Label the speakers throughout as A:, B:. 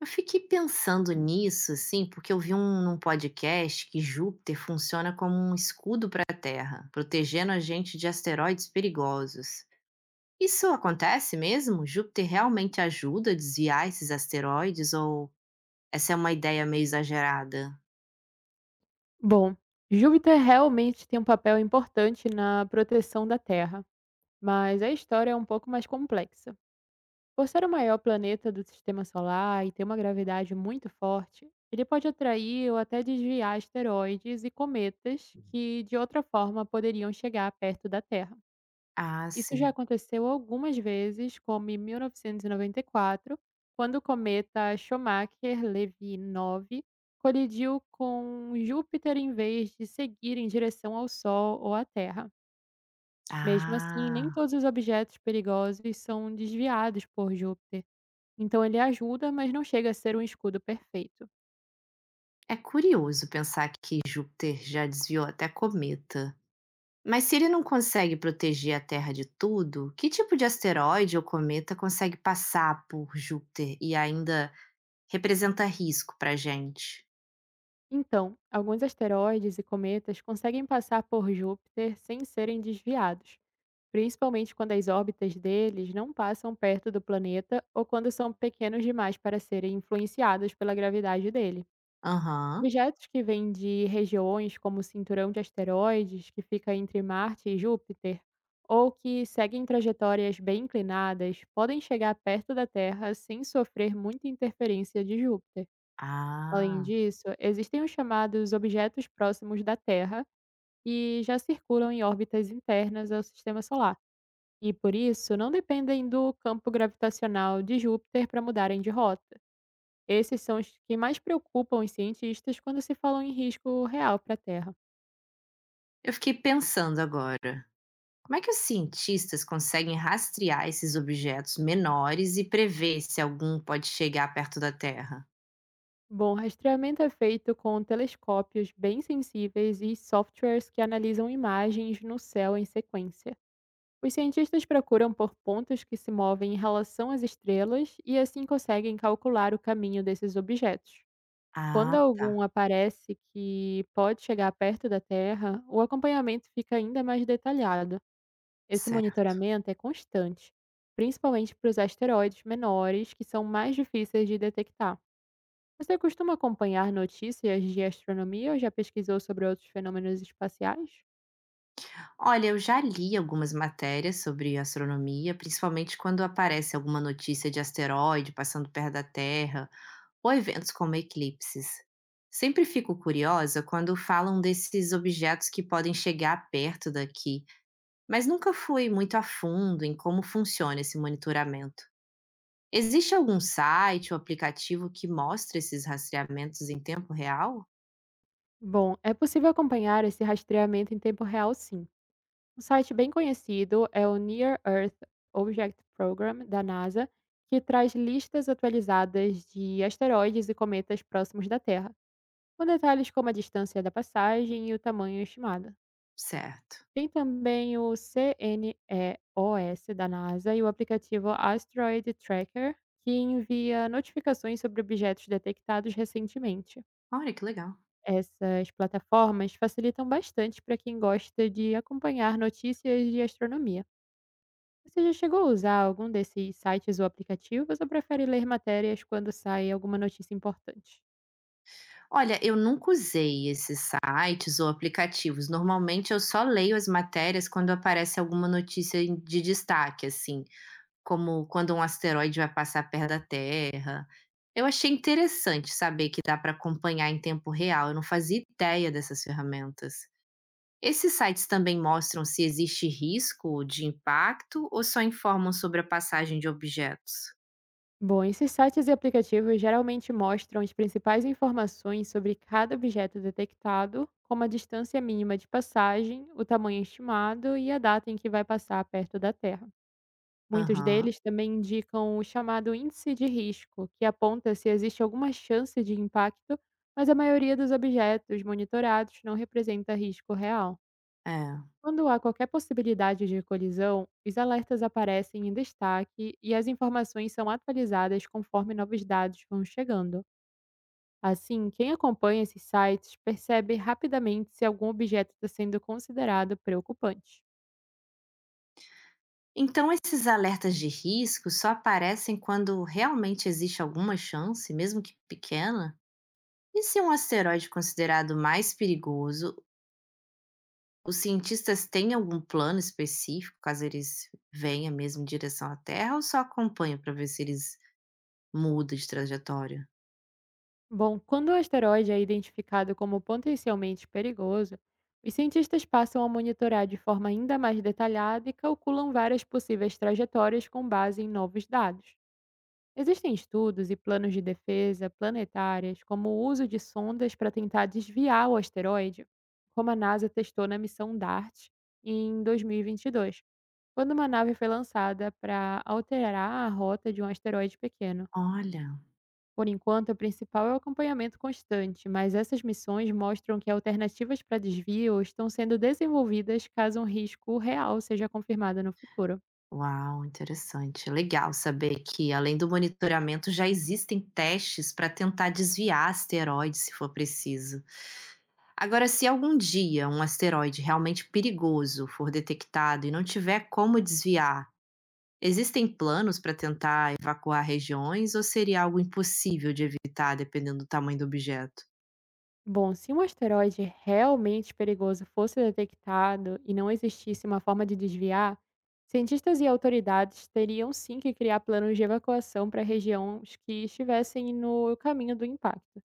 A: Eu fiquei pensando nisso, assim, porque num podcast que Júpiter funciona como um escudo para a Terra, protegendo a gente de asteroides perigosos. Isso acontece mesmo? Júpiter realmente ajuda a desviar esses asteroides ou essa é uma ideia meio exagerada?
B: Bom, Júpiter realmente tem um papel importante na proteção da Terra, mas a história é um pouco mais complexa. Por ser o maior planeta do sistema solar e ter uma gravidade muito forte, ele pode atrair ou até desviar asteroides e cometas que, de outra forma, poderiam chegar perto da Terra.
A: Ah,
B: Isso já
A: sim.
B: aconteceu algumas vezes, como em 1994, quando o cometa Schumacher-Levy 9 colidiu com Júpiter em vez de seguir em direção ao Sol ou à Terra. Mesmo assim, nem
A: Ah,
B: todos os objetos perigosos são desviados por Júpiter, então ele ajuda, mas não chega a ser um escudo perfeito.
A: é curioso pensar que Júpiter já desviou até cometa. Mas se ele não consegue proteger a Terra de tudo, que tipo de asteroide ou cometa consegue passar por Júpiter e ainda representa risco para gente?
B: Então, alguns asteroides e cometas conseguem passar por Júpiter sem serem desviados, principalmente quando as órbitas deles não passam perto do planeta ou quando são pequenos demais para serem influenciados pela gravidade dele.
A: Aham.
B: Objetos que vêm de regiões como o cinturão de asteroides, que fica entre Marte e Júpiter, ou que seguem trajetórias bem inclinadas, podem chegar perto da Terra sem sofrer muita interferência de Júpiter. Além
A: Ah,
B: disso, existem os chamados objetos próximos da Terra e já circulam em órbitas internas ao sistema solar, e por isso não dependem do campo gravitacional de Júpiter para mudarem de rota. Esses são os que mais preocupam os cientistas quando se falam em risco real para a Terra.
A: eu fiquei pensando agora. Como é que os cientistas conseguem rastrear esses objetos menores e prever se algum pode chegar perto da Terra?
B: Bom, o rastreamento é feito com telescópios bem sensíveis e softwares que analisam imagens no céu em sequência. Os cientistas procuram por pontos que se movem em relação às estrelas e assim conseguem calcular o caminho desses objetos. Quando
A: Ah, tá,
B: algum aparece que pode chegar perto da Terra, o acompanhamento fica ainda mais detalhado. Esse
A: certo.
B: monitoramento é constante, principalmente para os asteroides menores, que são mais difíceis de detectar. Você costuma acompanhar notícias de astronomia ou já pesquisou sobre outros fenômenos espaciais?
A: Olha, eu já li algumas matérias sobre astronomia, principalmente quando aparece alguma notícia de asteroide passando perto da Terra ou eventos como eclipses. Sempre fico curiosa quando falam desses objetos que podem chegar perto daqui, mas nunca fui muito a fundo em como funciona esse monitoramento. Existe algum site ou aplicativo que mostra esses rastreamentos em tempo real?
B: Bom, é possível acompanhar esse rastreamento em tempo real, sim. Um site bem conhecido é o Near Earth Object Program da NASA, que traz listas atualizadas de asteroides e cometas próximos da Terra, com detalhes como a distância da passagem e o tamanho estimado.
A: Certo.
B: Tem também o CNEOS da NASA e o aplicativo Asteroid Tracker, que envia notificações sobre objetos detectados recentemente.
A: Olha que legal.
B: Essas plataformas facilitam bastante para quem gosta de acompanhar notícias de astronomia. Você já chegou a usar algum desses sites ou aplicativos ou prefere ler matérias quando sai alguma notícia importante?
A: Olha, eu nunca usei esses sites ou aplicativos. Normalmente eu só leio as matérias quando aparece alguma notícia de destaque, assim, como quando um asteroide vai passar perto da Terra. Eu achei interessante saber que dá para acompanhar em tempo real. Eu não fazia ideia dessas ferramentas. Esses sites também mostram se existe risco de impacto ou só informam sobre a passagem de objetos?
B: Bom, esses sites e aplicativos geralmente mostram as principais informações sobre cada objeto detectado, como a distância mínima de passagem, o tamanho estimado e a data em que vai passar perto da Terra. Muitos
A: Aham,
B: deles também indicam o chamado índice de risco, que aponta se existe alguma chance de impacto, mas a maioria dos objetos monitorados não representa risco real.
A: é.
B: Quando há qualquer possibilidade de colisão, os alertas aparecem em destaque e as informações são atualizadas conforme novos dados vão chegando. Assim, quem acompanha esses sites percebe rapidamente se algum objeto está sendo considerado preocupante.
A: Então, esses alertas de risco só aparecem quando realmente existe alguma chance, mesmo que pequena? E se um asteroide considerado mais perigoso, os cientistas têm algum plano específico, caso eles venham mesmo em direção à Terra, ou só acompanham para ver se eles mudam de trajetória?
B: Bom, quando o asteroide é identificado como potencialmente perigoso, os cientistas passam a monitorar de forma ainda mais detalhada e calculam várias possíveis trajetórias com base em novos dados. Existem estudos e planos de defesa planetárias, como o uso de sondas para tentar desviar o asteroide, como a NASA testou na missão DART em 2022, quando uma nave foi lançada para alterar a rota de um asteroide pequeno.
A: Olha.
B: Por enquanto, o principal é o acompanhamento constante, mas essas missões mostram que alternativas para desvio estão sendo desenvolvidas caso um risco real seja confirmado no futuro.
A: Uau, interessante. Legal saber que, além do monitoramento, já existem testes para tentar desviar asteroides se for preciso. Agora, se algum dia um asteroide realmente perigoso for detectado e não tiver como desviar, existem planos para tentar evacuar regiões ou seria algo impossível de evitar dependendo do tamanho do objeto?
B: Bom, se um asteroide realmente perigoso fosse detectado e não existisse uma forma de desviar, cientistas e autoridades teriam sim que criar planos de evacuação para regiões que estivessem no caminho do impacto,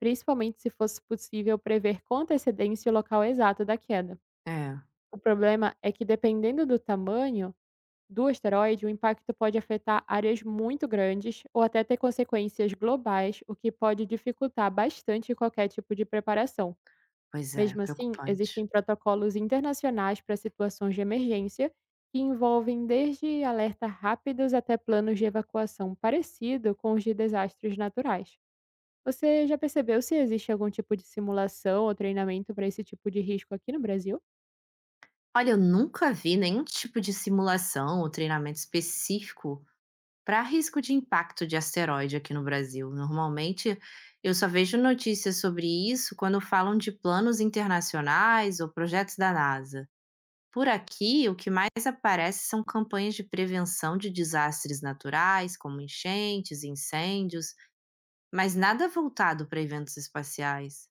B: principalmente se fosse possível prever com antecedência o local exato da queda.
A: É,
B: O problema é que, dependendo do tamanho do asteroide, o impacto pode afetar áreas muito grandes ou até ter consequências globais, o que pode dificultar bastante qualquer tipo de preparação.
A: pois é,
B: Mesmo assim, existem
A: preocupante.
B: protocolos internacionais para situações de emergência, que envolvem desde alerta rápidos até planos de evacuação parecido com os de desastres naturais. Você já percebeu se existe algum tipo de simulação ou treinamento para esse tipo de risco aqui no Brasil?
A: Olha, eu nunca vi nenhum tipo de simulação ou treinamento específico para risco de impacto de asteroide aqui no Brasil, normalmente eu só vejo notícias sobre isso quando falam de planos internacionais ou projetos da NASA. Por aqui, o que mais aparece são campanhas de prevenção de desastres naturais, como enchentes, incêndios, mas nada voltado para eventos espaciais.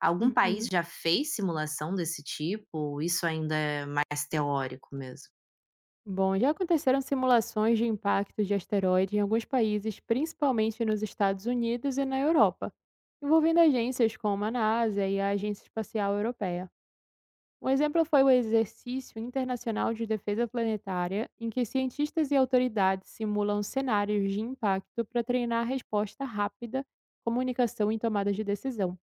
A: Algum país
B: Uhum.
A: já fez simulação desse tipo? Ou isso ainda é mais teórico mesmo.
B: Bom, já aconteceram simulações de impactos de asteroide em alguns países, principalmente nos Estados Unidos e na Europa, envolvendo agências como a NASA e a Agência Espacial Europeia. Um exemplo foi o Exercício Internacional de Defesa Planetária, em que cientistas e autoridades simulam cenários de impacto para treinar resposta rápida, comunicação e tomada de decisão.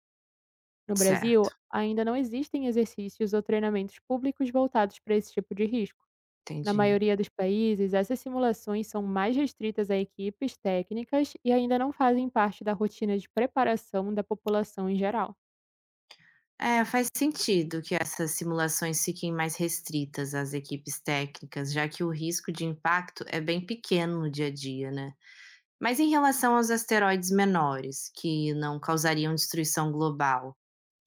B: No Brasil,
A: Certo,
B: ainda não existem exercícios ou treinamentos públicos voltados para esse tipo de risco. Na
A: entendi.
B: maioria dos países, essas simulações são mais restritas a equipes técnicas e ainda não fazem parte da rotina de preparação da população em geral.
A: É, faz sentido que essas simulações fiquem mais restritas às equipes técnicas, já que o risco de impacto é bem pequeno no dia a dia, né? Mas em relação aos asteroides menores, que não causariam destruição global,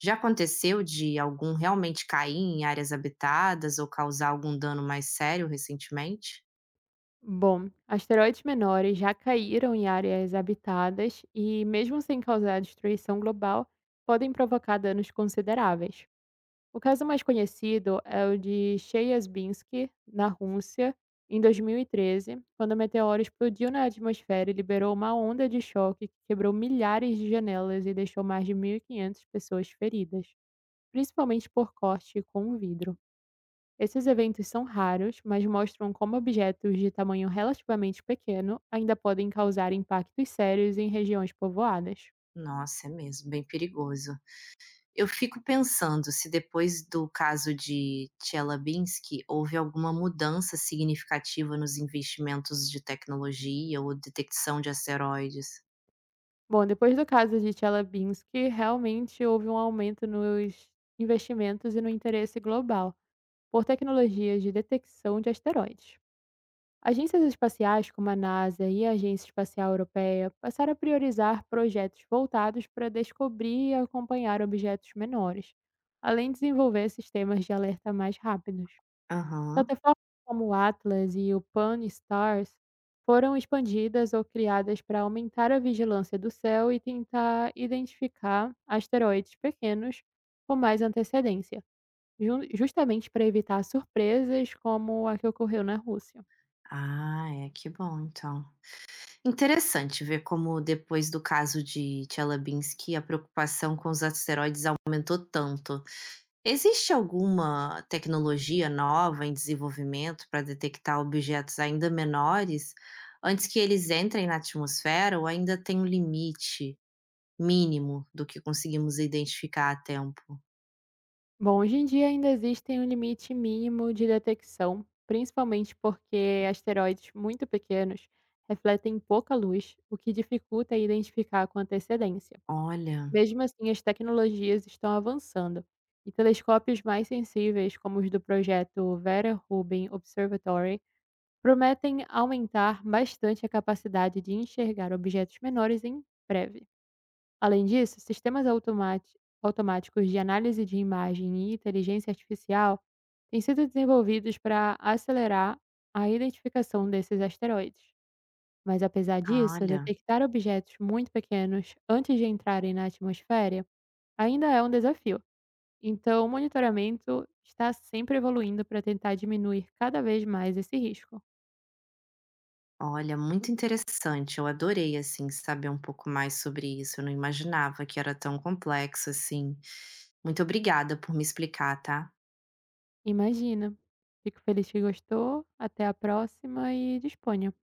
A: já aconteceu de algum realmente cair em áreas habitadas ou causar algum dano mais sério recentemente?
B: Bom, asteroides menores já caíram em áreas habitadas e, mesmo sem causar destruição global, podem provocar danos consideráveis. O caso mais conhecido é o de Chelyabinsk, na Rússia, em 2013, quando o meteoro explodiu na atmosfera e liberou uma onda de choque que quebrou milhares de janelas e deixou mais de 1.500 pessoas feridas, principalmente por corte com vidro. Esses eventos são raros, mas mostram como objetos de tamanho relativamente pequeno ainda podem causar impactos sérios em regiões povoadas.
A: Nossa, é mesmo, bem perigoso. Eu fico pensando se depois do caso de Tchelabinsky houve alguma mudança significativa nos investimentos de tecnologia ou detecção de asteroides.
B: Bom, depois do caso de Chelyabinsk, realmente houve um aumento nos investimentos e no interesse global por tecnologias de detecção de asteroides. Agências espaciais como a NASA e a Agência Espacial Europeia passaram a priorizar projetos voltados para descobrir e acompanhar objetos menores, além de desenvolver sistemas de alerta mais rápidos.
A: Aham.
B: Plataformas como o Atlas e o Pan-STARRS foram expandidas ou criadas para aumentar a vigilância do céu e tentar identificar asteroides pequenos com mais antecedência, justamente para evitar surpresas como a que ocorreu na Rússia.
A: Ah, é, que bom então. Interessante ver como depois do caso de Tchelabinsky a preocupação com os asteroides aumentou tanto. Existe alguma tecnologia nova em desenvolvimento para detectar objetos ainda menores antes que eles entrem na atmosfera ou ainda tem um limite mínimo do que conseguimos identificar a tempo?
B: Bom, hoje em dia ainda existem um limite mínimo de detecção, principalmente porque asteroides muito pequenos refletem pouca luz, o que dificulta identificar com antecedência.
A: Olha,
B: Mesmo assim, as tecnologias estão avançando e telescópios mais sensíveis, como os do projeto Vera Rubin Observatory, prometem aumentar bastante a capacidade de enxergar objetos menores em breve. Além disso, sistemas automáticos de análise de imagem e inteligência artificial têm sido desenvolvidos para acelerar a identificação desses asteroides. Mas apesar disso,
A: olha,
B: detectar objetos muito pequenos antes de entrarem na atmosfera ainda é um desafio. Então, o monitoramento está sempre evoluindo para tentar diminuir cada vez mais esse risco.
A: olha, muito interessante. Eu adorei assim saber um pouco mais sobre isso. Eu não imaginava que era tão complexo assim. Muito obrigada por me explicar, tá?
B: Imagina! Fico feliz que gostou. Até a próxima e disponha.